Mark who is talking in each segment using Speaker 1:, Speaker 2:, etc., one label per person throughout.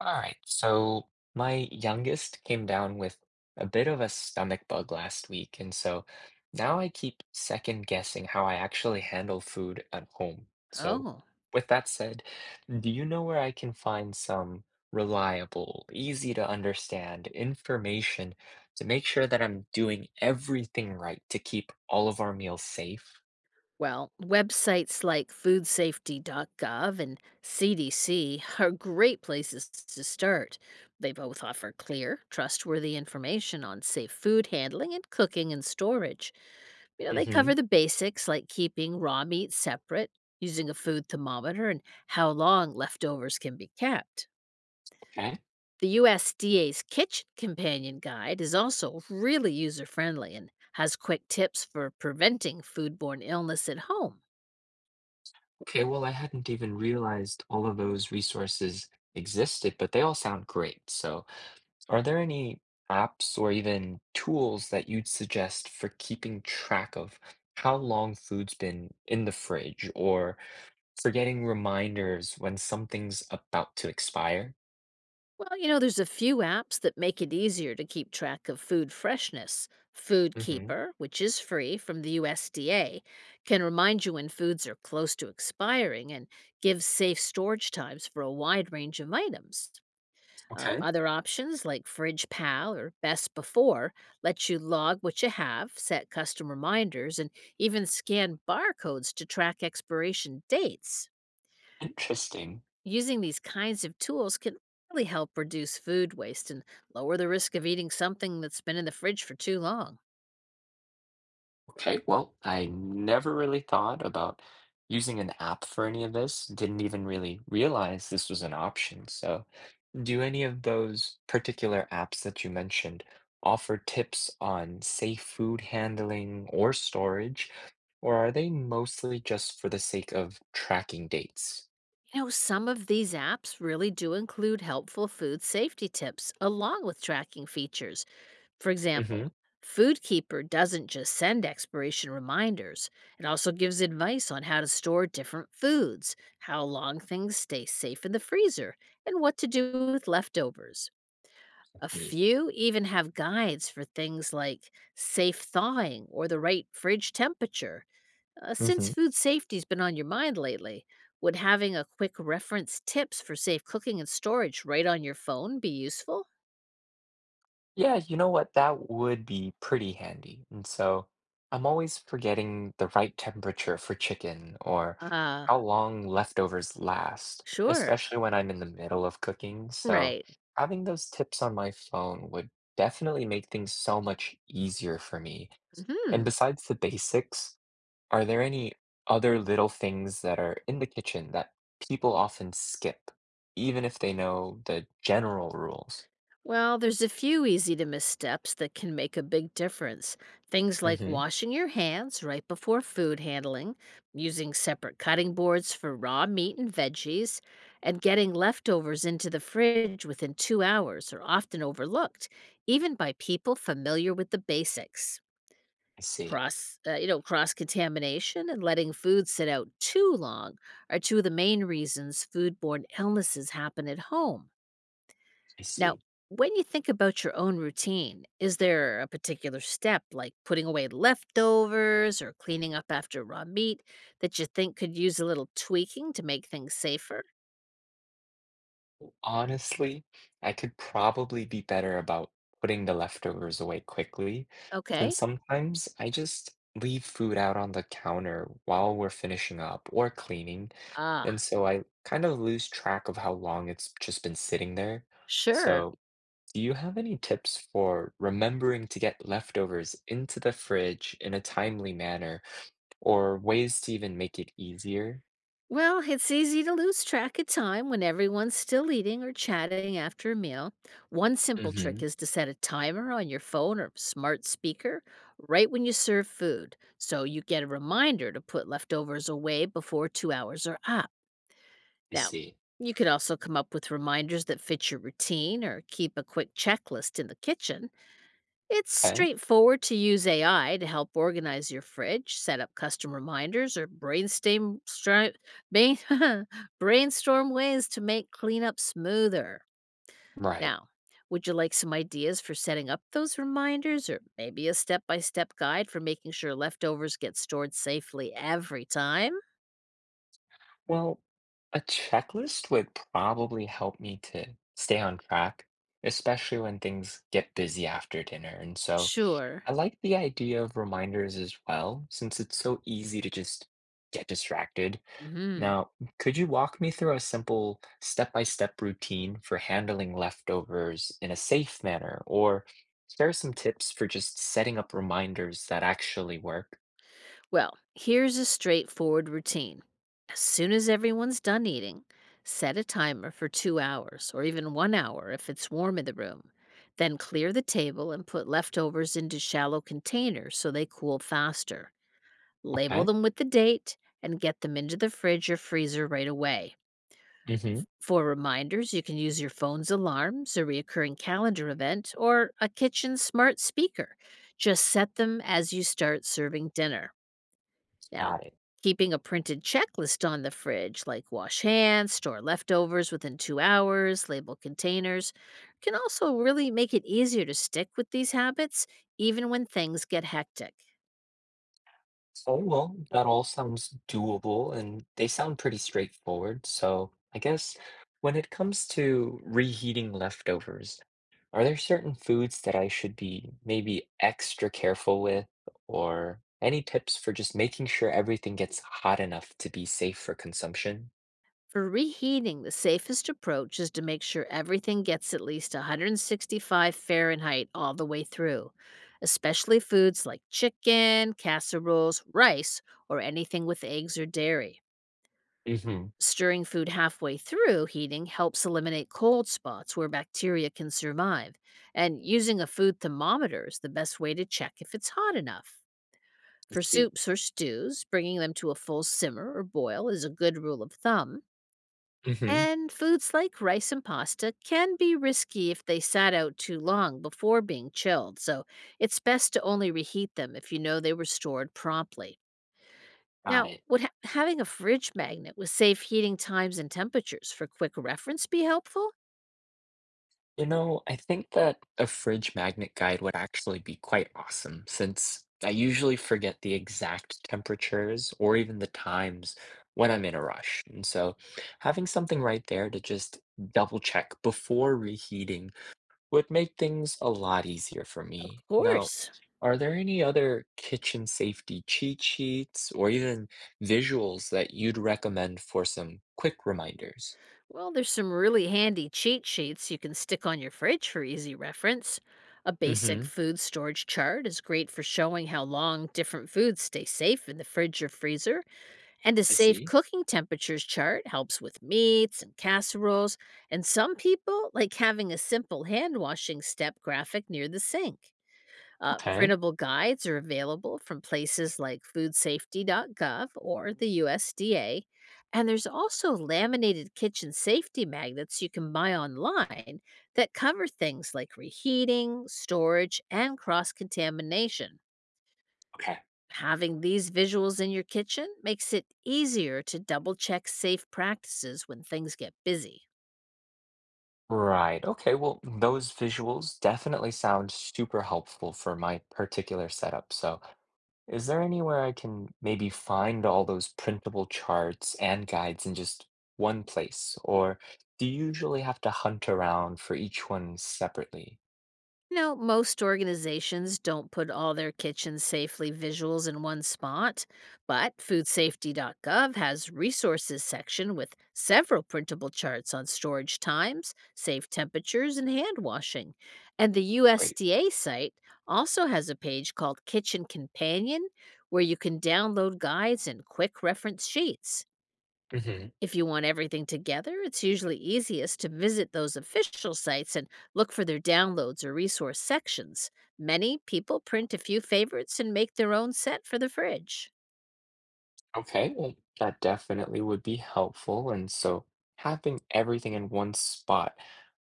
Speaker 1: All right, so my youngest came down with a bit of a stomach bug last week, and so now I keep second guessing how I actually handle food at home. So,
Speaker 2: Oh,
Speaker 1: with that said, do you know where I can find some reliable, easy to understand information to make sure that I'm doing everything right to keep all of our meals safe?
Speaker 2: well, websites like foodsafety.gov and CDC are great places to start. They both offer clear, trustworthy information on safe food handling and cooking and storage. You know, they
Speaker 1: Mm-hmm.
Speaker 2: cover the basics like keeping raw meat separate, using a food thermometer, and how long leftovers can be kept.
Speaker 1: Okay.
Speaker 2: The USDA's Kitchen Companion Guide is also really user friendly and has quick tips for preventing foodborne illness at home.
Speaker 1: Okay, well, I hadn't even realized all of those resources existed, but they all sound great. So, are there any apps or even tools that you'd suggest for keeping track of how long food's been in the fridge or for getting reminders when something's about to expire?
Speaker 2: Well, you know, there's a few apps that make it easier to keep track of food freshness. Food
Speaker 1: Hmm.
Speaker 2: Keeper, which is free from the USDA, can remind you when foods are close to expiring and gives safe storage times for a wide range of items.
Speaker 1: Okay.
Speaker 2: Other options like Fridge Pal or Best Before let you log what you have, set custom reminders, and even scan barcodes to track expiration dates.
Speaker 1: Interesting.
Speaker 2: Using these kinds of tools can really help reduce food waste and lower the risk of eating something that's been in the fridge for too long.
Speaker 1: Okay, well, I never really thought about using an app for any of this. Didn't even really realize this was an option. So, do any of those particular apps that you mentioned offer tips on safe food handling or storage, or are they mostly just for the sake of tracking dates?
Speaker 2: You know, some of these apps really do include helpful food safety tips along with tracking features. For
Speaker 1: Hmm.
Speaker 2: example, FoodKeeper doesn't just send expiration reminders, it also gives advice on how to store different foods, how long things stay safe in the freezer, and what to do with leftovers. A
Speaker 1: Me.
Speaker 2: few even have guides for things like safe thawing or the right fridge temperature. Since
Speaker 1: Hmm.
Speaker 2: food safety's been on your mind lately, would having a quick reference tips for safe cooking and storage right on your phone be useful?
Speaker 1: Yeah, you know what? That would be pretty handy. And so I'm always forgetting the right temperature for chicken or
Speaker 2: Uh,
Speaker 1: how long leftovers last,
Speaker 2: sure.
Speaker 1: especially when I'm in the middle of cooking. So
Speaker 2: Right.
Speaker 1: having those tips on my phone would definitely make things so much easier for me. And
Speaker 2: Mhm.
Speaker 1: besides the basics, are there any other little things that are in the kitchen that people often skip, even if they know the general rules?
Speaker 2: Well, there's a few easy to missteps that can make a big difference. Things like
Speaker 1: Mm-hmm.
Speaker 2: washing your hands right before food handling, using separate cutting boards for raw meat and veggies, and getting leftovers into the fridge within 2 hours are often overlooked, even by people familiar with the basics.
Speaker 1: I see.
Speaker 2: Cross contamination and letting food sit out too long are two of the main reasons foodborne illnesses happen at home.
Speaker 1: I
Speaker 2: Now,
Speaker 1: see.
Speaker 2: when you think about your own routine, is there a particular step, like putting away leftovers or cleaning up after raw meat, that you think could use a little tweaking to make things safer?
Speaker 1: Honestly, I could probably be better about putting the leftovers away quickly. And
Speaker 2: Okay.
Speaker 1: sometimes I just leave food out on the counter while we're finishing up or cleaning. And
Speaker 2: Ah,
Speaker 1: so I kind of lose track of how long it's just been sitting there.
Speaker 2: sure.
Speaker 1: So, do you have any tips for remembering to get leftovers into the fridge in a timely manner or ways to even make it easier?
Speaker 2: Well, it's easy to lose track of time when everyone's still eating or chatting after a meal. One simple
Speaker 1: Mm-hmm.
Speaker 2: trick is to set a timer on your phone or smart speaker right when you serve food, so you get a reminder to put leftovers away before 2 hours are up.
Speaker 1: I
Speaker 2: Now,
Speaker 1: see.
Speaker 2: you could also come up with reminders that fit your routine or keep a quick checklist in the kitchen. It's
Speaker 1: Okay.
Speaker 2: straightforward to use AI to help organize your fridge, set up custom reminders, or bain- brainstorm ways to make cleanup smoother.
Speaker 1: Right.
Speaker 2: Now, would you like some ideas for setting up those reminders or maybe a step by step guide for making sure leftovers get stored safely every time?
Speaker 1: Well, a checklist would probably help me to stay on track, especially when things get busy after dinner. And so
Speaker 2: Sure.
Speaker 1: I like the idea of reminders as well, since it's so easy to just get distracted.
Speaker 2: Mhm.
Speaker 1: Now, could you walk me through a simple step-by-step routine for handling leftovers in a safe manner, or share some tips for just setting up reminders that actually work?
Speaker 2: Well, here's a straightforward routine. As soon as everyone's done eating, set a timer for 2 hours or even 1 hour if it's warm in the room. Then clear the table and put leftovers into shallow containers so they cool faster. Label
Speaker 1: Okay.
Speaker 2: them with the date and get them into the fridge or freezer right away.
Speaker 1: Mm-hmm.
Speaker 2: For reminders, you can use your phone's alarms, a recurring calendar event, or a kitchen smart speaker. Just set them as you start serving dinner. Now,
Speaker 1: Got it.
Speaker 2: keeping a printed checklist on the fridge, like wash hands, store leftovers within 2 hours, label containers, can also really make it easier to stick with these habits, even when things get hectic.
Speaker 1: Oh, well, that all sounds doable and they sound pretty straightforward. So, I guess when it comes to reheating leftovers, are there certain foods that I should be maybe extra careful with, or any tips for just making sure everything gets hot enough to be safe for consumption?
Speaker 2: For reheating, the safest approach is to make sure everything gets at least 165 Fahrenheit all the way through, especially foods like chicken, casseroles, rice, or anything with eggs or dairy.
Speaker 1: Mm-hmm.
Speaker 2: Stirring food halfway through heating helps eliminate cold spots where bacteria can survive, and using a food thermometer is the best way to check if it's hot enough. For
Speaker 1: Let's see.
Speaker 2: soups or stews, bringing them to a full simmer or boil is a good rule of thumb.
Speaker 1: Mm-hmm.
Speaker 2: And foods like rice and pasta can be risky if they sat out too long before being chilled, so it's best to only reheat them if you know they were stored promptly.
Speaker 1: Got
Speaker 2: Now,
Speaker 1: it.
Speaker 2: would having a fridge magnet with safe heating times and temperatures for quick reference be helpful?
Speaker 1: You know, I think that a fridge magnet guide would actually be quite awesome since I usually forget the exact temperatures or even the times when I'm in a rush. And so having something right there to just double check before reheating would make things a lot easier for
Speaker 2: Of
Speaker 1: me. Now,
Speaker 2: course.
Speaker 1: are there any other kitchen safety cheat sheets or even visuals that you'd recommend for some quick reminders?
Speaker 2: Well, there's some really handy cheat sheets you can stick on your fridge for easy reference. A basic
Speaker 1: Mm-hmm.
Speaker 2: food storage chart is great for showing how long different foods stay safe in the fridge or freezer, and a
Speaker 1: I
Speaker 2: safe
Speaker 1: see.
Speaker 2: cooking temperatures chart helps with meats and casseroles, and some people like having a simple hand washing step graphic near the sink.
Speaker 1: Okay.
Speaker 2: Printable guides are available from places like foodsafety.gov or the USDA. And there's also laminated kitchen safety magnets you can buy online that cover things like reheating, storage, and cross contamination.
Speaker 1: Okay.
Speaker 2: Having these visuals in your kitchen makes it easier to double check safe practices when things get busy.
Speaker 1: Right. Okay. Well, those visuals definitely sound super helpful for my particular setup. So, is there anywhere I can maybe find all those printable charts and guides in just one place? Or do you usually have to hunt around for each one separately?
Speaker 2: You know, most organizations don't put all their kitchen safely visuals in one spot, but foodsafety.gov has resources section with several printable charts on storage times, safe temperatures, and hand washing. And the
Speaker 1: Great.
Speaker 2: USDA site also has a page called Kitchen Companion where you can download guides and quick reference sheets.
Speaker 1: Hmm.
Speaker 2: If you want everything together, it's usually easiest to visit those official sites and look for their downloads or resource sections. Many people print a few favorites and make their own set for the fridge.
Speaker 1: Okay. Well, that definitely would be helpful. And so, having everything in one spot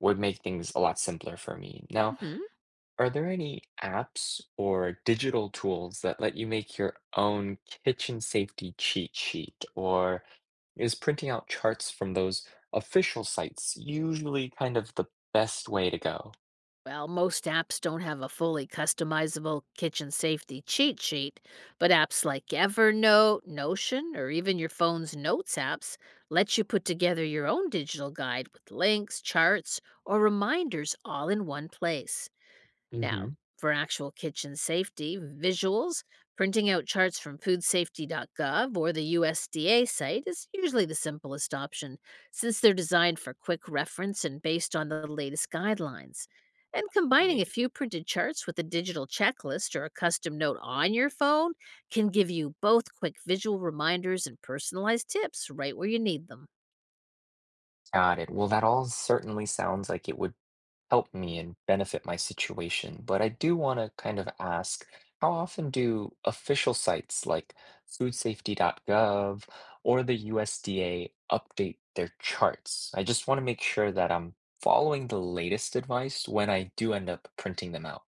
Speaker 1: would make things a lot simpler for me. Now,
Speaker 2: Hmm.
Speaker 1: are there any apps or digital tools that let you make your own kitchen safety cheat sheet? Or is printing out charts from those official sites usually kind of the best way to go?
Speaker 2: Well, most apps don't have a fully customizable kitchen safety cheat sheet, but apps like Evernote, Notion, or even your phone's notes apps let you put together your own digital guide with links, charts, or reminders all in one place. Now,
Speaker 1: Hmm.
Speaker 2: for actual kitchen safety visuals, printing out charts from foodsafety.gov or the USDA site is usually the simplest option since they're designed for quick reference and based on the latest guidelines. And combining a
Speaker 1: Right.
Speaker 2: few printed charts with a digital checklist or a custom note on your phone can give you both quick visual reminders and personalized tips right where you need them.
Speaker 1: Got it. Well, that all certainly sounds like it would help me and benefit my situation. But I do want to kind of ask how often do official sites like foodsafety.gov or the USDA update their charts? I just want to make sure that I'm following the latest advice when I do end up printing them out.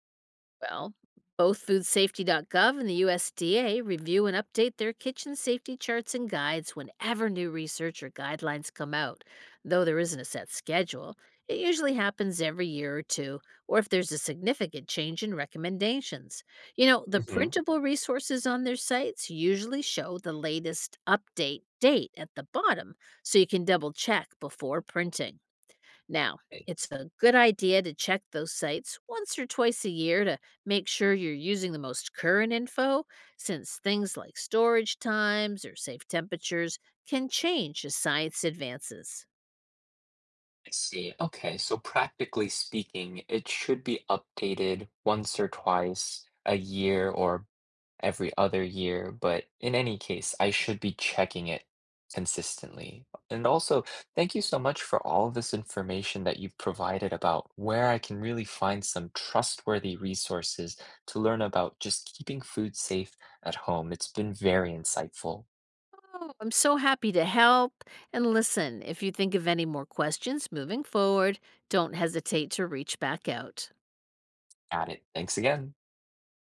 Speaker 2: Well, both foodsafety.gov and the USDA review and update their kitchen safety charts and guides whenever new research or guidelines come out. Though there isn't a set schedule, it usually happens every year or two, or if there's a significant change in recommendations. You know, the
Speaker 1: Hmm.
Speaker 2: printable resources on their sites usually show the latest update date at the bottom, so you can double check before printing. Now,
Speaker 1: I
Speaker 2: it's a good idea to check those sites once or twice a year to make sure you're using the most current info, since things like storage times or safe temperatures can change as science advances.
Speaker 1: I see. Okay, so practically speaking, it should be updated once or twice a year or every other year, but in any case, I should be checking it consistently. And also, thank you so much for all of this information that you've provided about where I can really find some trustworthy resources to learn about just keeping food safe at home. It's been very insightful
Speaker 2: Oh, I'm so happy to help. And listen, if you think of any more questions moving forward, don't hesitate to reach back out.
Speaker 1: at it. Thanks again.